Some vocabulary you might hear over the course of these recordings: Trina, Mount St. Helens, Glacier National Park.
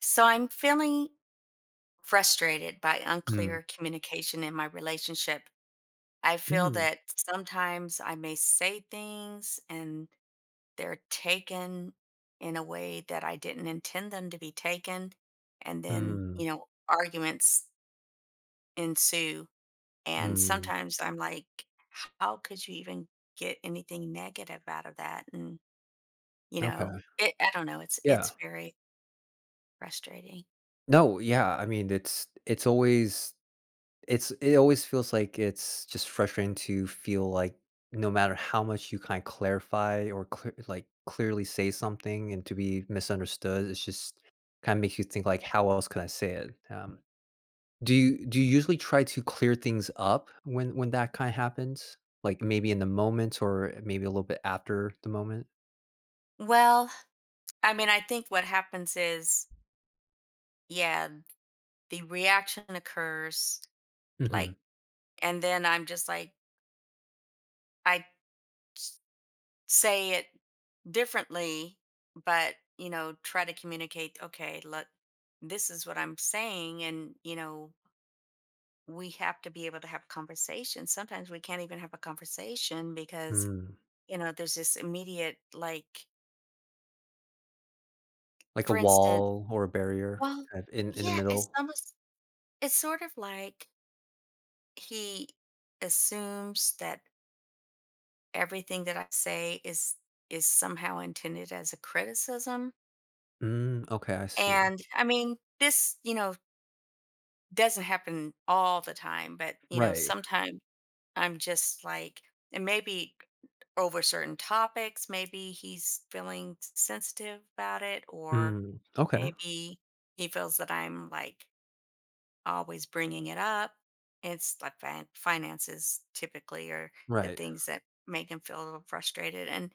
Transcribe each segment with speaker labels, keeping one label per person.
Speaker 1: So I'm feeling frustrated by
Speaker 2: Mm.
Speaker 1: unclear communication in my relationship. I feel
Speaker 2: Mm,
Speaker 1: that sometimes I may say things and they're taken in a way that I didn't intend them to be taken. And then,
Speaker 2: mm,
Speaker 1: arguments ensue. And
Speaker 2: mm,
Speaker 1: sometimes I'm like, how could you even get anything negative out of that? And,
Speaker 2: okay,
Speaker 1: I don't know. It's,
Speaker 2: yeah.
Speaker 1: it's very frustrating.
Speaker 2: No, yeah, I mean, it's always it always feels like it's just frustrating to feel like no matter how much you kinda clarify or clear like, clearly say something and to be misunderstood, it's just kinda makes you think, like, "How else can I say it?" Do you usually try to clear things up when that kinda happens? Like, maybe in the moment or maybe a little bit after the moment?
Speaker 1: Well, I mean, I think what happens is, yeah, the reaction occurs,
Speaker 2: Mhm.
Speaker 1: like, and then I'm just like I s- say it differently, but try to communicate, okay, look, this is what I'm saying, and we have to be able to have a conversation. Sometimes we can't even have a conversation because,
Speaker 2: Mm.
Speaker 1: there's this immediate, like,
Speaker 2: Like a
Speaker 1: for instance,
Speaker 2: wall or a barrier
Speaker 1: well,
Speaker 2: kind of in the
Speaker 1: yeah, it's
Speaker 2: middle?
Speaker 1: almost, it's sort of like he assumes that everything that I say is somehow intended as a criticism.
Speaker 2: Mm, okay, I see.
Speaker 1: And I mean, this, doesn't happen all the time, but
Speaker 2: Right.
Speaker 1: sometimes I'm just like, and maybe over certain topics, maybe he's feeling sensitive about it, or
Speaker 2: Mm, okay,
Speaker 1: maybe he feels that I'm, like, always bringing it up. It's like finances typically are the
Speaker 2: right.
Speaker 1: things that make him feel a little frustrated. And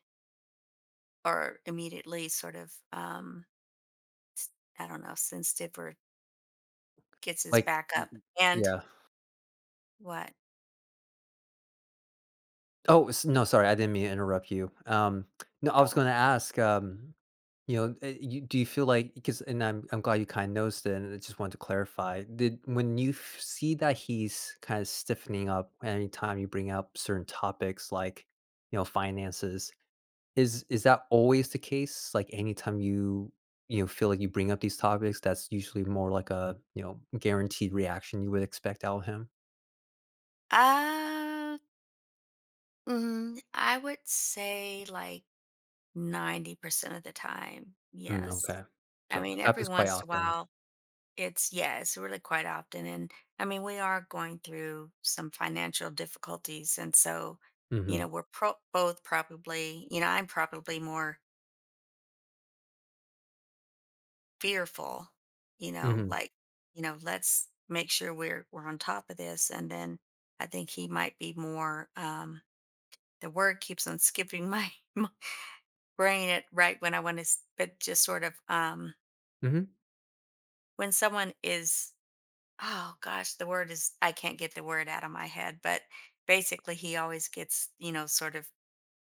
Speaker 1: or immediately sort of s- I don't know, sensitive or gets his
Speaker 2: Like,
Speaker 1: back up. And
Speaker 2: yeah.
Speaker 1: what?
Speaker 2: Oh, s No, sorry, I didn't mean to interrupt you. No, I was
Speaker 1: Oh.
Speaker 2: gonna ask, you know, you do you feel like? Because, and I'm glad you kinda noticed it, and I just wanted to clarify. Did When you f see that he's kinda stiffening up anytime you bring up certain topics, like, you know, finances. Is that always the case? Like, anytime you, you know, feel like you bring up these topics, that's usually more like a, you know, guaranteed reaction you would expect out of him?
Speaker 1: Uh I would say like 90% of the time,
Speaker 2: Mm,
Speaker 1: yes.
Speaker 2: okay.
Speaker 1: I
Speaker 2: So it
Speaker 1: mean, every
Speaker 2: happens quite
Speaker 1: once in a
Speaker 2: often.
Speaker 1: while it's yeah, it's really quite often. And I mean, we are going through some financial difficulties, and so
Speaker 2: Mhm.
Speaker 1: we're both probably, I'm probably more fearful,
Speaker 2: Mhm.
Speaker 1: like, let's make sure we're on top of this. And then I think he might be more the word keeps on skipping my, my brain at right when I want to, but just sort of
Speaker 2: Mhm.
Speaker 1: when someone is, oh gosh, the word is I can't get the word out of my head, but basically he always gets, sort of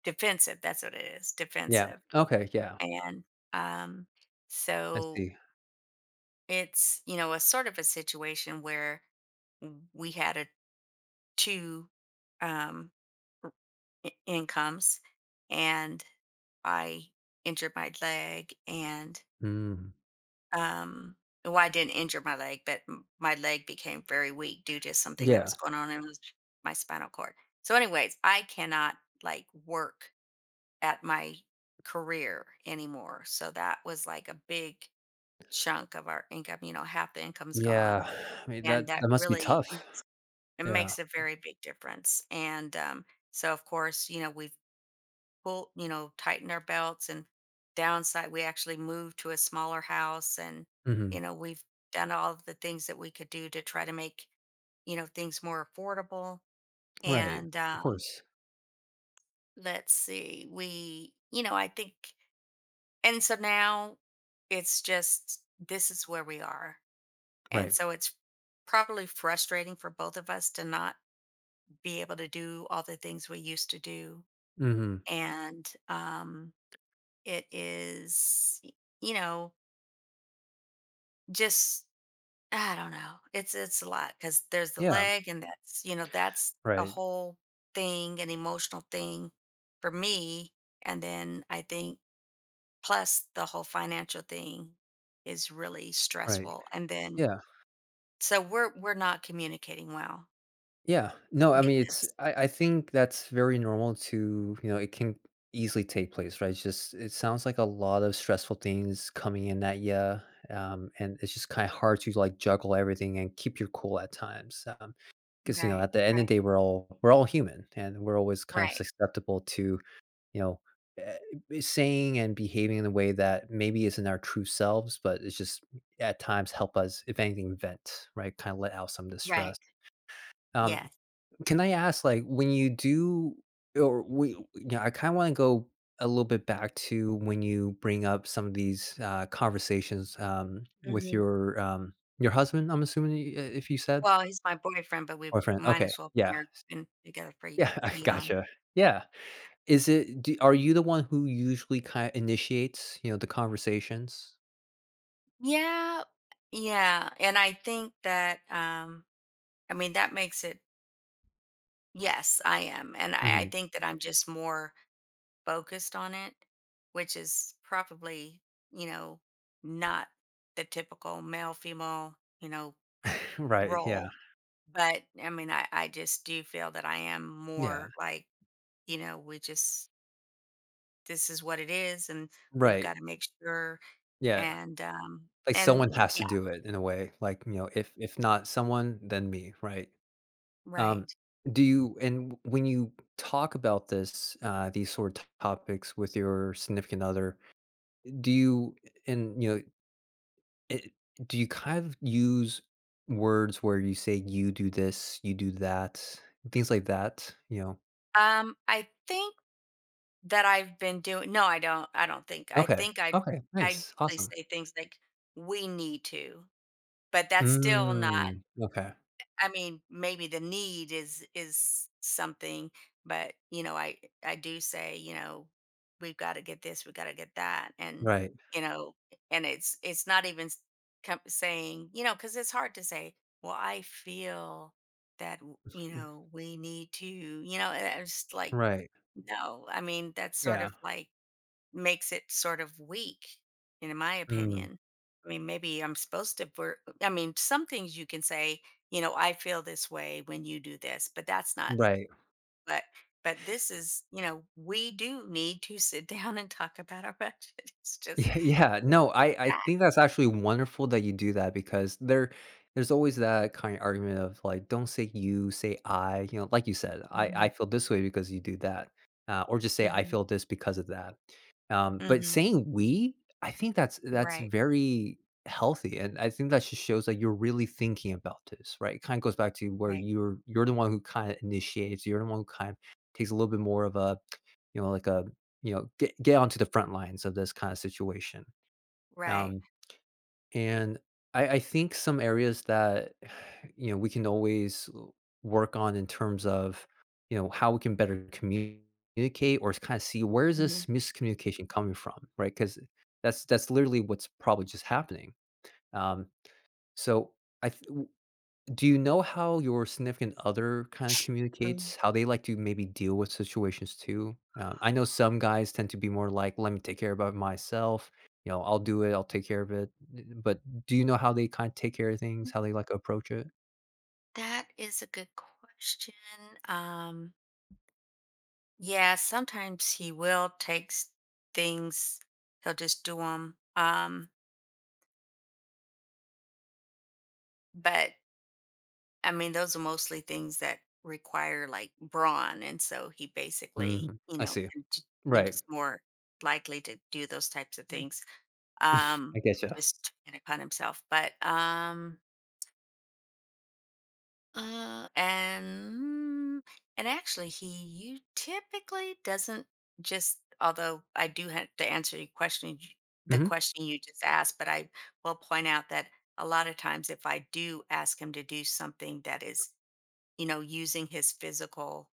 Speaker 1: defensive. That's what it is,
Speaker 2: Yeah.
Speaker 1: defensive.
Speaker 2: Okay, yeah.
Speaker 1: And um
Speaker 2: I
Speaker 1: so
Speaker 2: see.
Speaker 1: it's a sort of a situation where we had a two um incomes, and I injured my leg, and
Speaker 2: Mm.
Speaker 1: um well, I didn't injure my leg, but my leg became very weak due to something that
Speaker 2: Yeah.
Speaker 1: was going on in was my spinal cord. So anyways, I cannot, like, work at my career anymore, so that was like a big chunk of our income. Half the income's gone,
Speaker 2: Yeah. I mean,
Speaker 1: and
Speaker 2: that
Speaker 1: that
Speaker 2: that must be
Speaker 1: really...
Speaker 2: tough.
Speaker 1: It
Speaker 2: Yeah.
Speaker 1: makes a very big difference, and, so, of course, we've tightened our belts, and downside we actually moved to a smaller house, and,
Speaker 2: Mhm.
Speaker 1: we've done all of the things that we could do to try to make, things more affordable,
Speaker 2: Right.
Speaker 1: and,
Speaker 2: Of course.
Speaker 1: let's see, I think, and so now it's just this is where we are, and
Speaker 2: Right.
Speaker 1: so it's probably frustrating for both of us to not be able to do all the things we used to do.
Speaker 2: Mhm.
Speaker 1: And it is, you know just I don't know, it's a lot because there's the
Speaker 2: Yeah.
Speaker 1: leg, and that's, you know, that's a
Speaker 2: Right.
Speaker 1: whole thing, an emotional thing for me. And then I think plus the whole financial thing is really
Speaker 2: Right.
Speaker 1: stressful, and then
Speaker 2: Yeah.
Speaker 1: so we're not communicating well
Speaker 2: Yeah. No, I mean, it's
Speaker 1: because...
Speaker 2: I think that's very normal to, you know, it can easily take place, right? It's just it sounds like a lot of stressful things coming in at you. And it's just kind of hard to like juggle everything and keep your cool at times. Because you know,
Speaker 1: Right.
Speaker 2: at the end of
Speaker 1: Right.
Speaker 2: the day, we're all human, and we're always kind of
Speaker 1: Right.
Speaker 2: susceptible to you know eh, saying and behaving in a way that maybe isn't our true selves, but it's just at times help us, if anything, vent, right? Kind of let out some distress.
Speaker 1: Right.
Speaker 2: Um,
Speaker 1: Yes.
Speaker 2: can I ask, like, when you do or we you know, I kinda wanna go a little bit back to when you bring up some of these, conversations, with
Speaker 1: Hmm.
Speaker 2: your husband, I'm assuming, I if you said?
Speaker 1: Well, he's my boyfriend, but we
Speaker 2: Boyfriend,
Speaker 1: might
Speaker 2: okay,
Speaker 1: as well be
Speaker 2: yeah.
Speaker 1: married, been together for
Speaker 2: Yeah, I
Speaker 1: eon.
Speaker 2: gotcha. Yeah. Is it, do are you the one who usually ki initiates, you know, the conversations?
Speaker 1: Yeah, yeah, and I think that, I mean, that makes it... Yes, I am, and I
Speaker 2: Mhm.
Speaker 1: think that I'm just more focused on it, which is probably, you know, not the typical male-female, you know,
Speaker 2: Right, yeah.
Speaker 1: role, but, I mean, I just do feel that I am
Speaker 2: Yeah.
Speaker 1: more like, we just this is what it is, and we've
Speaker 2: Right.
Speaker 1: gotta make sure.
Speaker 2: Yeah.
Speaker 1: And, um
Speaker 2: Like, someone
Speaker 1: and
Speaker 2: has to
Speaker 1: yeah,
Speaker 2: do it in a way, like, you know, if not someone, then me, right? Um,
Speaker 1: right.
Speaker 2: do you and when you talk about this, these sort of topics with your significant other, do you and you know, it, do you kind of use words where you say you do this, you do that, things like that? You know,
Speaker 1: I think that I've been doing, no, I don't think. I
Speaker 2: okay,
Speaker 1: think I
Speaker 2: okay,
Speaker 1: I
Speaker 2: nice,
Speaker 1: usually
Speaker 2: awesome.
Speaker 1: say things like, "We need to," but that's still not...
Speaker 2: Mm, okay,
Speaker 1: I mean, maybe the need is something, but I do say, we've got to get this, we've got to get that, and
Speaker 2: right,
Speaker 1: you know, it's not even saying, because it's hard to say. Well, I feel that we need to, and it's like,
Speaker 2: right,
Speaker 1: no. I mean, that's sort
Speaker 2: yeah,
Speaker 1: of like makes it sort of weak, in my
Speaker 2: mm,
Speaker 1: opinion. I mean, maybe I'm supposed to, I mean, some things you can say, I feel this way when you do this, but that's not,
Speaker 2: right.
Speaker 1: but, but this is, we do need to sit down and talk about our budget. It's just
Speaker 2: Yeah, yeah. No, I
Speaker 1: that.
Speaker 2: think that's actually wonderful that you do that because there's always that kind of argument of like don't say you, say I, you know, like you said, I
Speaker 1: Hmm.
Speaker 2: feel this way because you do that. Or just say I
Speaker 1: Hmm.
Speaker 2: feel this because of that. But
Speaker 1: Hmm.
Speaker 2: saying we, I think that's
Speaker 1: Right.
Speaker 2: very healthy and I think that just shows that you're really thinking about this, right? It kind of goes back to where
Speaker 1: Right.
Speaker 2: you're the one who kind of initiates, you're the one who kind of takes a little bit more of a you know like a you know, get onto the front lines of this kind of situation.
Speaker 1: Right.
Speaker 2: Um, and I think some areas that you know we can always work on in terms of you know how we can better communicate or kind of see where is this
Speaker 1: Mhm.
Speaker 2: miscommunication coming from, right? Because that's literally what's probably just happening. Um, so I th- do you know how your significant other kinda
Speaker 1: Mm.
Speaker 2: communicates? How they like to maybe deal with situations too? I know some guys tend to be more like, "Let me take care about myself," you know, "I'll do it, I'll take care of it," but do you know how they kinda take care of things, how they like to approach it?
Speaker 1: That is a good question. Um, Yeah, sometimes he will take things, he'll just do them. But I mean, those are mostly things that require, like, brawn. And so he basically,
Speaker 2: Mm, I see.
Speaker 1: can you
Speaker 2: Right.
Speaker 1: just more likely to do those types of
Speaker 2: Mm,
Speaker 1: things. Um,
Speaker 2: I getcha.
Speaker 1: just to kind of cut himself. But Uh, and mm, and actually, he you typically doesn't just... Although I do have to answer your question, the
Speaker 2: Mhm.
Speaker 1: question you just asked, but I will point out that a lot of times, if I do ask him to do something that is, using his physical,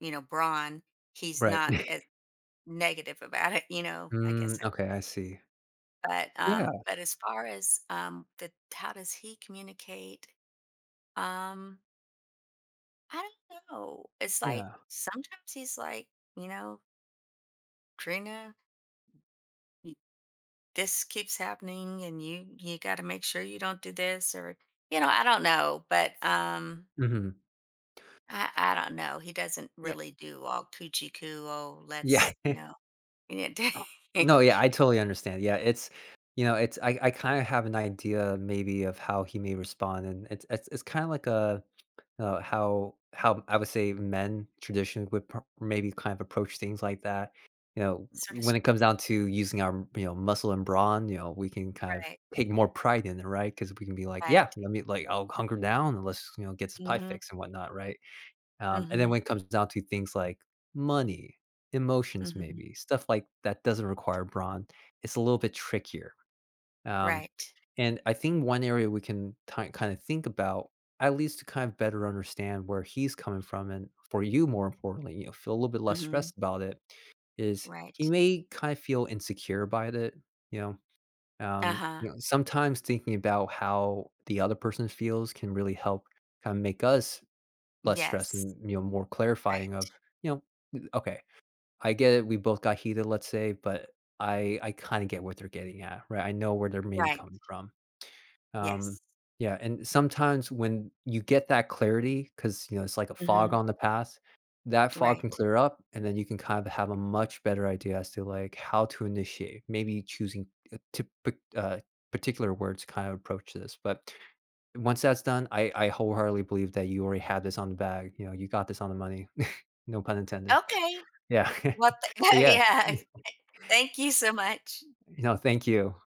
Speaker 1: brawn, he's
Speaker 2: Right.
Speaker 1: not as negative about it. You know, I guess.
Speaker 2: Mm, okay, I see.
Speaker 1: But
Speaker 2: Yeah,
Speaker 1: um, but as far as the how does he communicate? Um, I don't know. It's like
Speaker 2: yeah.
Speaker 1: sometimes he's like, you know, Trina, y- this keeps happening and you got to make sure you don't do this or I don't know, but um
Speaker 2: Mhm.
Speaker 1: I I don't know. He doesn't
Speaker 2: Yeah.
Speaker 1: really do all coochie coo. Oh,
Speaker 2: Yeah.
Speaker 1: let's.
Speaker 2: No, yeah, I totally understand. Yeah, it's you know, it's I kind of have an idea maybe of how he may respond, and it's kind of like a how I would say men traditionally would maybe kind of approach things like that. You know,
Speaker 1: Sort of
Speaker 2: when it comes down to using our you know muscle and brawn, you know, we can kind of
Speaker 1: right.
Speaker 2: take more pride in it, right? Because we can be like, yeah,
Speaker 1: Right.
Speaker 2: let me like I'll hunker down and let's you know get this pie
Speaker 1: Mhm.
Speaker 2: fix and whatnot, right? And then
Speaker 1: Mhm.
Speaker 2: when it comes down to things like money, emotions,
Speaker 1: Mhm.
Speaker 2: maybe stuff like that doesn't require brawn, it's a little bit trickier. Um,
Speaker 1: Right.
Speaker 2: and I think one area we can kind of think about, at least to kind of better understand where he's coming from, and for you, more importantly, you know, feel a little bit less
Speaker 1: Mhm.
Speaker 2: stressed about it, is he
Speaker 1: Right.
Speaker 2: may kind of feel insecure about it. You know,
Speaker 1: Uh-huh.
Speaker 2: you know, sometimes thinking about how the other person feels can really help kind of make us less stress
Speaker 1: Yes.
Speaker 2: and, you know, more clarifying
Speaker 1: Right.
Speaker 2: of, you know, "N okay, I get it, we both got heated, let's say, but I kinda get what they're getting at, right? I know where they're maybe
Speaker 1: Right.
Speaker 2: coming from." Um,
Speaker 1: Yes.
Speaker 2: yeah, and sometimes when you get that clarity because you know, it's like a fog
Speaker 1: Mhm.
Speaker 2: on the path, that fog can
Speaker 1: Right.
Speaker 2: clear up, and then you can kind of have a much better idea as to, like, how to initiate, maybe choosing a tip uh, particular words kind of approach this, but once that's done, I wholeheartedly believe that you already had this on the bag, you know, you got this on the money, no pun intended.
Speaker 1: Okay.
Speaker 2: Yeah,
Speaker 1: What the
Speaker 2: but yeah,
Speaker 1: yeah.
Speaker 2: you
Speaker 1: Thank you so much.
Speaker 2: know, thank you.